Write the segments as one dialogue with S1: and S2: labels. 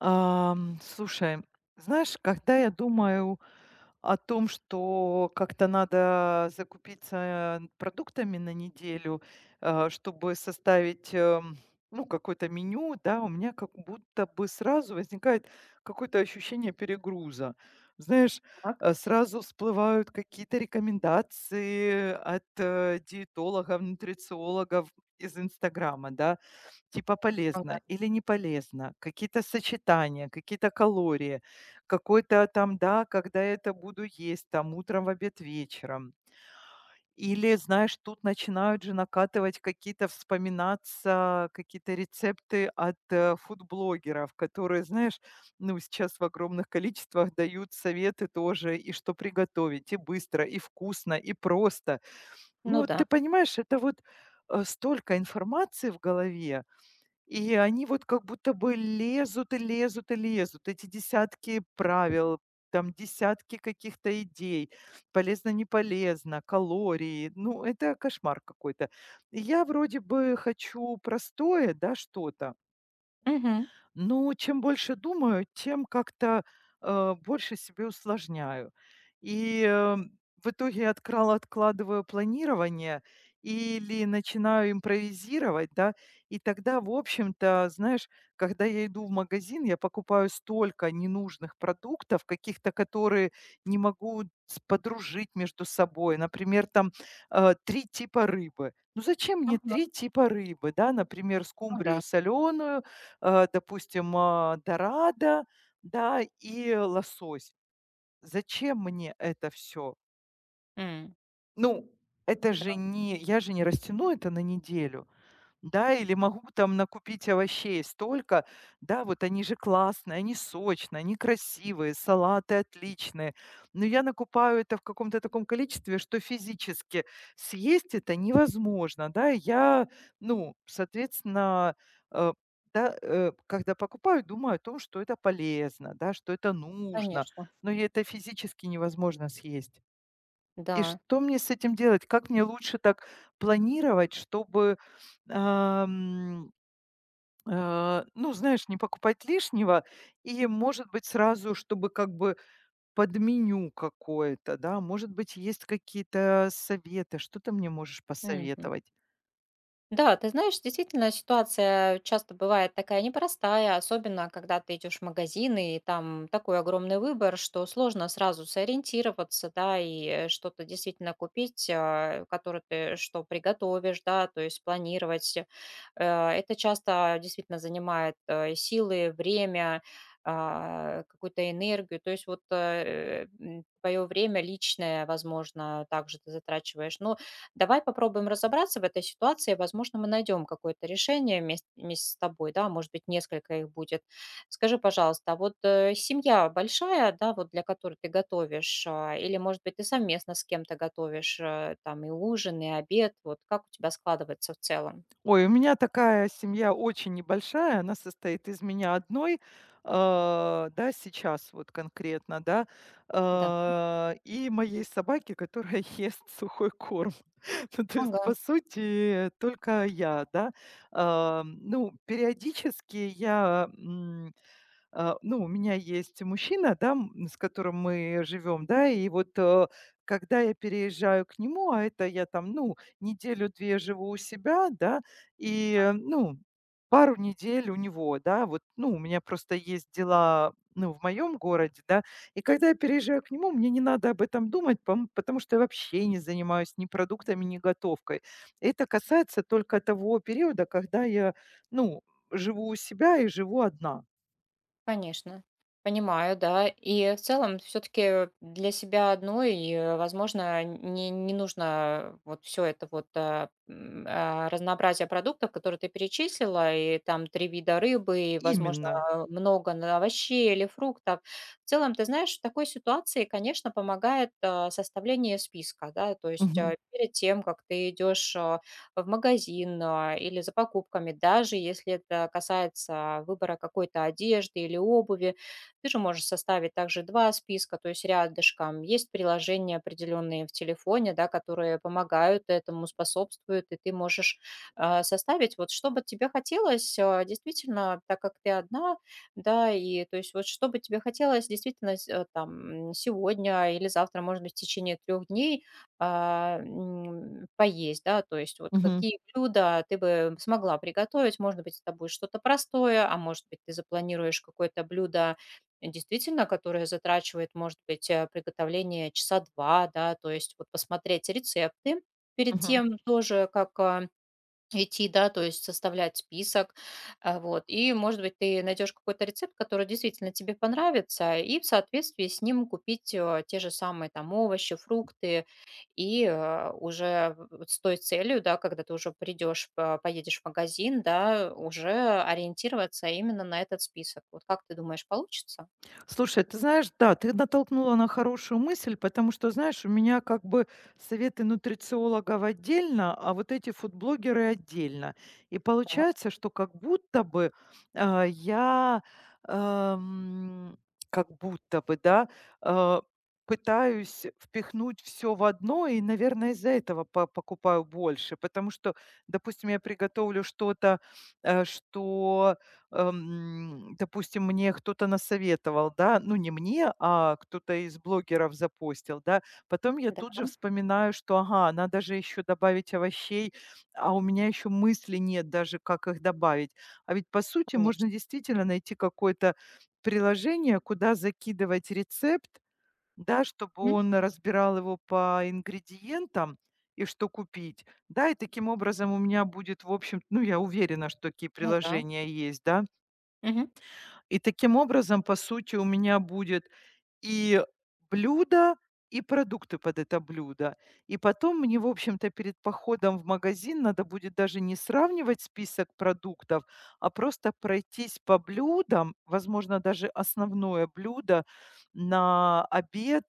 S1: Слушай, знаешь, когда я думаю о том, что как-то надо закупиться продуктами на неделю, чтобы составить, ну, какое-то меню, да, у меня как будто бы сразу возникает какое-то ощущение перегруза. Знаешь,
S2: Так,
S1: сразу всплывают какие-то рекомендации от диетологов, нутрициологов из Инстаграма, да. Типа
S2: ага,
S1: полезно или не полезно, какие-то сочетания, какие-то калории, какой-то там, да, когда я это буду есть, там, утром, в обед, вечером. Или, знаешь, тут начинают же накатывать какие-то, вспоминаться какие-то рецепты от фудблогеров, которые, знаешь, ну, сейчас в огромных количествах дают советы тоже, и что приготовить, и быстро, и вкусно, и просто. Ну,
S2: ну
S1: вот
S2: да.
S1: ты понимаешь, это вот столько информации в голове, и они вот как будто бы лезут, и лезут, и лезут. Эти десятки правил, там десятки каких-то идей, полезно, не полезно, калории. Ну, это кошмар какой-то. И я вроде бы хочу простое, да, что-то,
S2: Мгм.
S1: но чем больше думаю, тем как-то, больше себе усложняю. И, в итоге открал откладываю планирование или начинаю импровизировать, да. И тогда, в общем-то, знаешь, когда я иду в магазин, я покупаю столько ненужных продуктов, каких-то, которые не могу с подружить между собой. Например, там, 3 типа рыбы. Ну зачем мне
S2: Ага,
S1: 3 типа рыбы, да? Например,
S2: ну
S1: скумбрию
S2: да.
S1: соленую, допустим, дорадо, да, и лосось. Зачем мне это все?
S2: М,
S1: Ну, это же не я же не растяну это на неделю. Да, или могу там накупить овощей столько. Да, вот они же классные, они сочные, они красивые, салаты отличные. Но я накупаю это в каком-то таком количестве, что физически съесть это невозможно. Да, и я, ну, соответственно, э, да, когда покупаю, думаю о том, что это полезно, да, что это нужно,
S2: Конечно.
S1: но и это физически невозможно съесть. И
S2: Да.
S1: что мне с этим делать? Как мне лучше так планировать, чтобы, ам, ну, знаешь, не покупать лишнего и, может быть, сразу, чтобы как бы под меню какое-то, да, может быть, есть какие-то советы, что ты мне можешь
S2: Мгм.
S1: посоветовать?
S2: Да, ты знаешь, действительно, ситуация часто бывает такая непростая, особенно когда ты идешь в магазины, и там такой огромный выбор, что сложно сразу сориентироваться, да, и что-то действительно купить, которое ты что приготовишь, да, то есть планировать. Это часто действительно занимает силы, время, какую-то энергию. То есть вот твое время личное, возможно, также ты затрачиваешь. Но давай попробуем разобраться в этой ситуации. Возможно, мы найдем какое-то решение вместе с тобой, да, может быть, несколько их будет. Скажи, пожалуйста, а вот семья большая, да, вот для которой ты готовишь, или, может быть, ты совместно с кем-то готовишь, там, и ужин, и обед, вот как у тебя складывается в целом?
S1: Ой, у меня такая семья очень небольшая, она состоит из меня одной, да, сейчас вот конкретно, да,
S2: Да.
S1: и моей собаки, которая ест сухой корм. Ну, то есть,
S2: Ага.
S1: по сути, только я, да. Ну, периодически я, ну, у меня есть мужчина, да, с которым мы живем, да, и вот когда я переезжаю к нему, а это я там, ну, неделю-две живу у себя, да, и, ну, пару недель у него, да, вот, ну, у меня просто есть дела, ну, в моем городе, да, и когда я переезжаю к нему, мне не надо об этом думать, потому что я вообще не занимаюсь ни продуктами, ни готовкой. Это касается только того периода, когда я, ну, живу у себя и живу одна.
S2: Конечно. Понимаю, да. И в целом все-таки для себя одной, возможно, не нужно вот все это вот разнообразие продуктов, которые ты перечислила, и там три вида рыбы, и, возможно,
S1: Именно.
S2: много овощей или фруктов. В целом, ты знаешь, в такой ситуации, конечно, помогает составление списка, да, то есть
S1: Мгм.
S2: перед тем, как ты идешь в магазин или за покупками, даже если это касается выбора какой-то одежды или обуви. Ты же можешь составить также два списка, то есть рядышком. Есть приложения определенные в телефоне, да, которые помогают этому, способствуют, и ты можешь составить, вот что бы тебе хотелось, действительно, так как ты одна, да, и то есть вот что бы тебе хотелось действительно там сегодня или завтра, может быть, в течение 3 дней, поесть, да, то есть вот
S1: Мгм.
S2: какие блюда ты бы смогла приготовить? Может быть, это будет что-то простое, а может быть, ты запланируешь какое-то блюдо, действительно, которое затрачивает, может быть, приготовление часа 2, да, то есть вот посмотреть рецепты перед
S1: Мгм.
S2: тем тоже, как идти, да, то есть составлять список, вот. И, может быть, ты найдешь какой-то рецепт, который действительно тебе понравится, и в соответствии с ним купить те же самые там овощи, фрукты, и уже вот с той целью, да, когда ты уже придешь, поедешь в магазин, да, уже ориентироваться именно на этот список. Вот как ты думаешь, получится?
S1: Слушай, ты знаешь, да, ты натолкнула на хорошую мысль, потому что, знаешь, у меня как бы советы нутрициологов отдельно, а вот эти фудблогеры отдельно. И
S2: Да,
S1: получается, что как будто бы я, эм, как будто бы, да, э, пытаюсь впихнуть все в одно, и, наверное, из-за этого покупаю больше, потому что, допустим, я приготовлю что-то, что допустим, мне кто-то насоветовал, да, ну не мне, а кто-то из блогеров запостил, да, потом я тут же
S2: да,
S1: вспоминаю, что, ага, надо же еще добавить овощей, а у меня еще мысли нет даже, как их добавить. А ведь, по сути,
S2: конечно.
S1: можно действительно найти какое-то приложение, куда закидывать рецепт, да, чтобы
S2: Мгм.
S1: он разбирал его по ингредиентам, и что купить, да, и таким образом у меня будет, в общем, ну, я уверена, что такие
S2: Ну да.
S1: приложения есть, да,
S2: Мгм.
S1: и таким образом, по сути, у меня будет и блюдо, и продукты под это блюдо. И потом мне, в общем-то, перед походом в магазин надо будет даже не сравнивать список продуктов, а просто пройтись по блюдам, возможно, даже основное блюдо на обед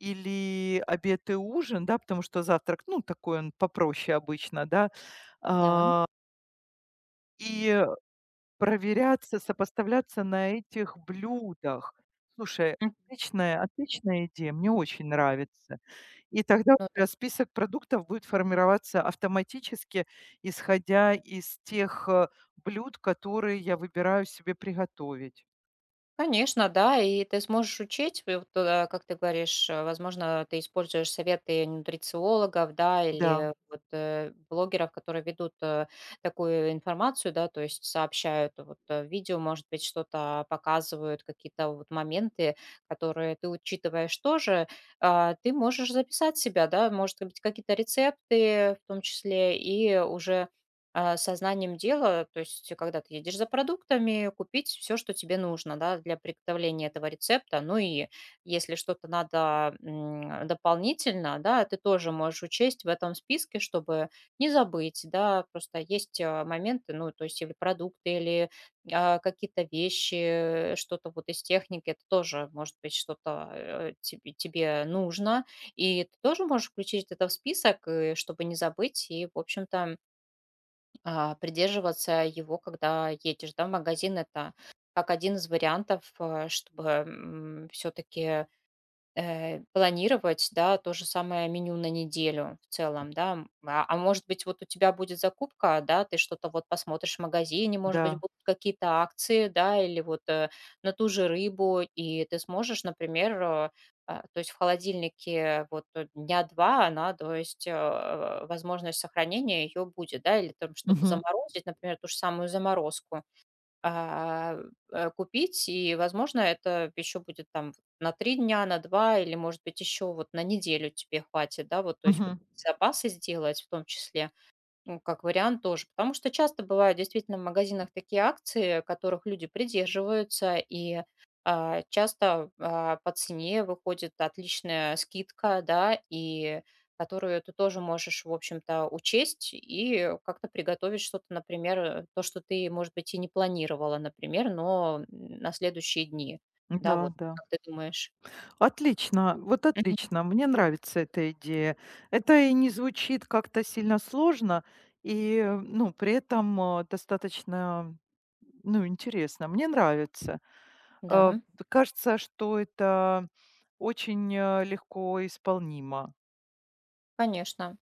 S1: или обед и ужин, да, потому что завтрак, ну, такой он попроще обычно, да.
S2: Да.
S1: А, И проверяться, сопоставляться на этих блюдах. Слушай,
S2: Мгм.
S1: отличная идея, мне очень нравится. И тогда
S2: Ну,
S1: у тебя список продуктов будет формироваться автоматически, исходя из тех, блюд, которые я выбираю себе приготовить.
S2: конечно, да, и ты сможешь учить, и вот, как ты говоришь, возможно, ты используешь советы нутрициологов, да,
S1: Да,
S2: или вот блогеров, которые ведут такую информацию, да, то есть сообщают вот видео, может быть, что-то показывают, какие-то вот моменты, которые ты учитываешь тоже. Ты можешь записать себя, да, может быть, какие-то рецепты в том числе, и уже сознанием дела, то есть когда ты едешь за продуктами, купить все, что тебе нужно да, для приготовления этого рецепта. Ну и если что-то надо дополнительно, да, ты тоже можешь учесть в этом списке, чтобы не забыть, да, просто есть моменты, ну, то есть или продукты, или какие-то вещи, что-то вот из техники, это тоже может быть что-то тебе нужно, и ты тоже можешь включить это в список, чтобы не забыть, и, в общем-то, придерживаться его, когда едешь, да, в магазин. Это как один из вариантов, чтобы все-таки планировать, да, то же самое меню на неделю в целом, да. А может быть, вот у тебя будет закупка, да, ты что-то вот посмотришь в магазине, может быть,
S1: да.
S2: будут какие-то акции, да, или вот на ту же рыбу, и ты сможешь, например, то есть в холодильнике вот дня два она, то есть возможность сохранения ее будет, да, или там что-то
S1: Мгм,
S2: заморозить, например, ту же самую заморозку а, купить. И, возможно, это еще будет там на 3 дня, на 2 или, может быть, еще вот на неделю тебе хватит, да, вот, то есть вот
S1: мгм.
S2: запасы сделать в том числе. Ну, как вариант тоже. Потому что часто бывают действительно в магазинах такие акции, которых люди придерживаются, и часто по цене выходит отличная скидка, да, и которую ты тоже можешь, в общем-то, учесть и как-то приготовить что-то, например, то, что ты, может быть, и не планировала, например, но на следующие дни. Да, вот
S1: Да, да.
S2: как ты думаешь?
S1: Отлично, вот
S2: Мгм.
S1: отлично. Мне нравится эта идея. Это и не звучит как-то сильно сложно, и ну, при этом достаточно, ну, интересно. Мне нравится.
S2: Да,
S1: Э, Кажется, что это очень легко исполнимо.
S2: конечно.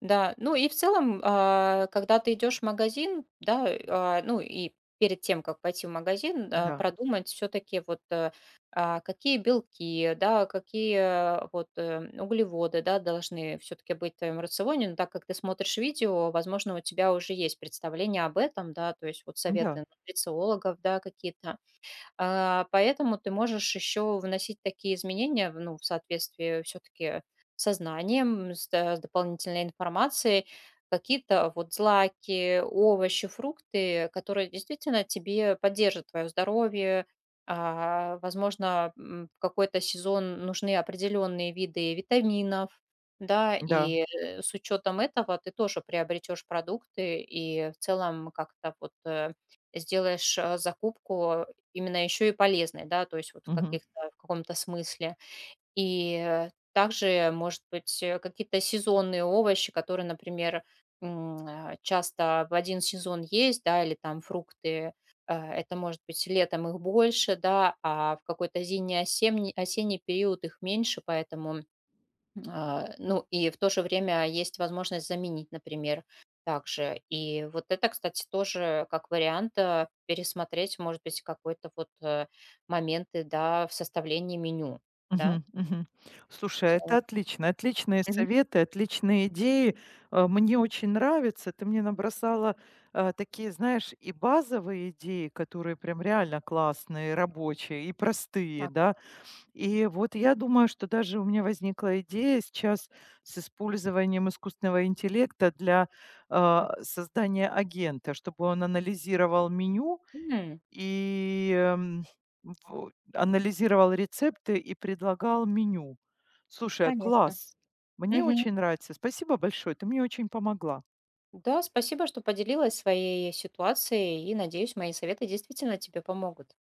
S2: Да, ну и в целом, когда ты идешь в магазин, да, ну и перед тем, как пойти в магазин,
S1: Да,
S2: продумать все-таки вот какие белки, да, какие углеводы, да, должны все-таки быть в твоем рационе, но так как ты смотришь видео, возможно, у тебя уже есть представление об этом, да, то есть вот
S1: да,
S2: советы нутрициологов, да, какие-то, поэтому ты можешь еще вносить такие изменения, ну, в соответствии все-таки сознанием, с дополнительной информацией, какие-то вот злаки, овощи, фрукты, которые действительно тебе поддержат твое здоровье, возможно, в какой-то сезон нужны определенные виды витаминов, да,
S1: да.
S2: и с учетом этого ты тоже приобретешь продукты и в целом как-то вот сделаешь закупку именно еще и полезной, да, то есть вот
S1: Мгм.
S2: в каком-то смысле. И также, может быть, какие-то сезонные овощи, которые, например, часто в один сезон есть, да, или там фрукты, это может быть летом их больше, да, а в какой-то зимний, осенний период их меньше, поэтому ну, и в то же время есть возможность заменить, например, также. И вот это, кстати, тоже как вариант пересмотреть, может быть, какой-то вот моменты, да, в составлении меню, да,
S1: Мгм, мгм. Слушай,
S2: в
S1: а
S2: целом.
S1: это отлично. Отличные
S2: Мгм.
S1: советы, отличные идеи. Мне очень нравится. Ты мне набросала такие, знаешь, и базовые идеи, которые прям реально классные, рабочие и простые, да.
S2: Ага.
S1: И вот я думаю, что даже у меня возникла идея сейчас с использованием искусственного интеллекта для
S2: Да.
S1: создания агента, чтобы он анализировал меню,
S2: М,
S1: и, в анализировал рецепты и предлагал меню. Слушай,
S2: Конечно.
S1: класс! Мне
S2: Мгм.
S1: очень нравится. Спасибо большое, ты мне очень помогла.
S2: Да, спасибо, что поделилась своей ситуацией, и надеюсь, мои советы действительно тебе помогут.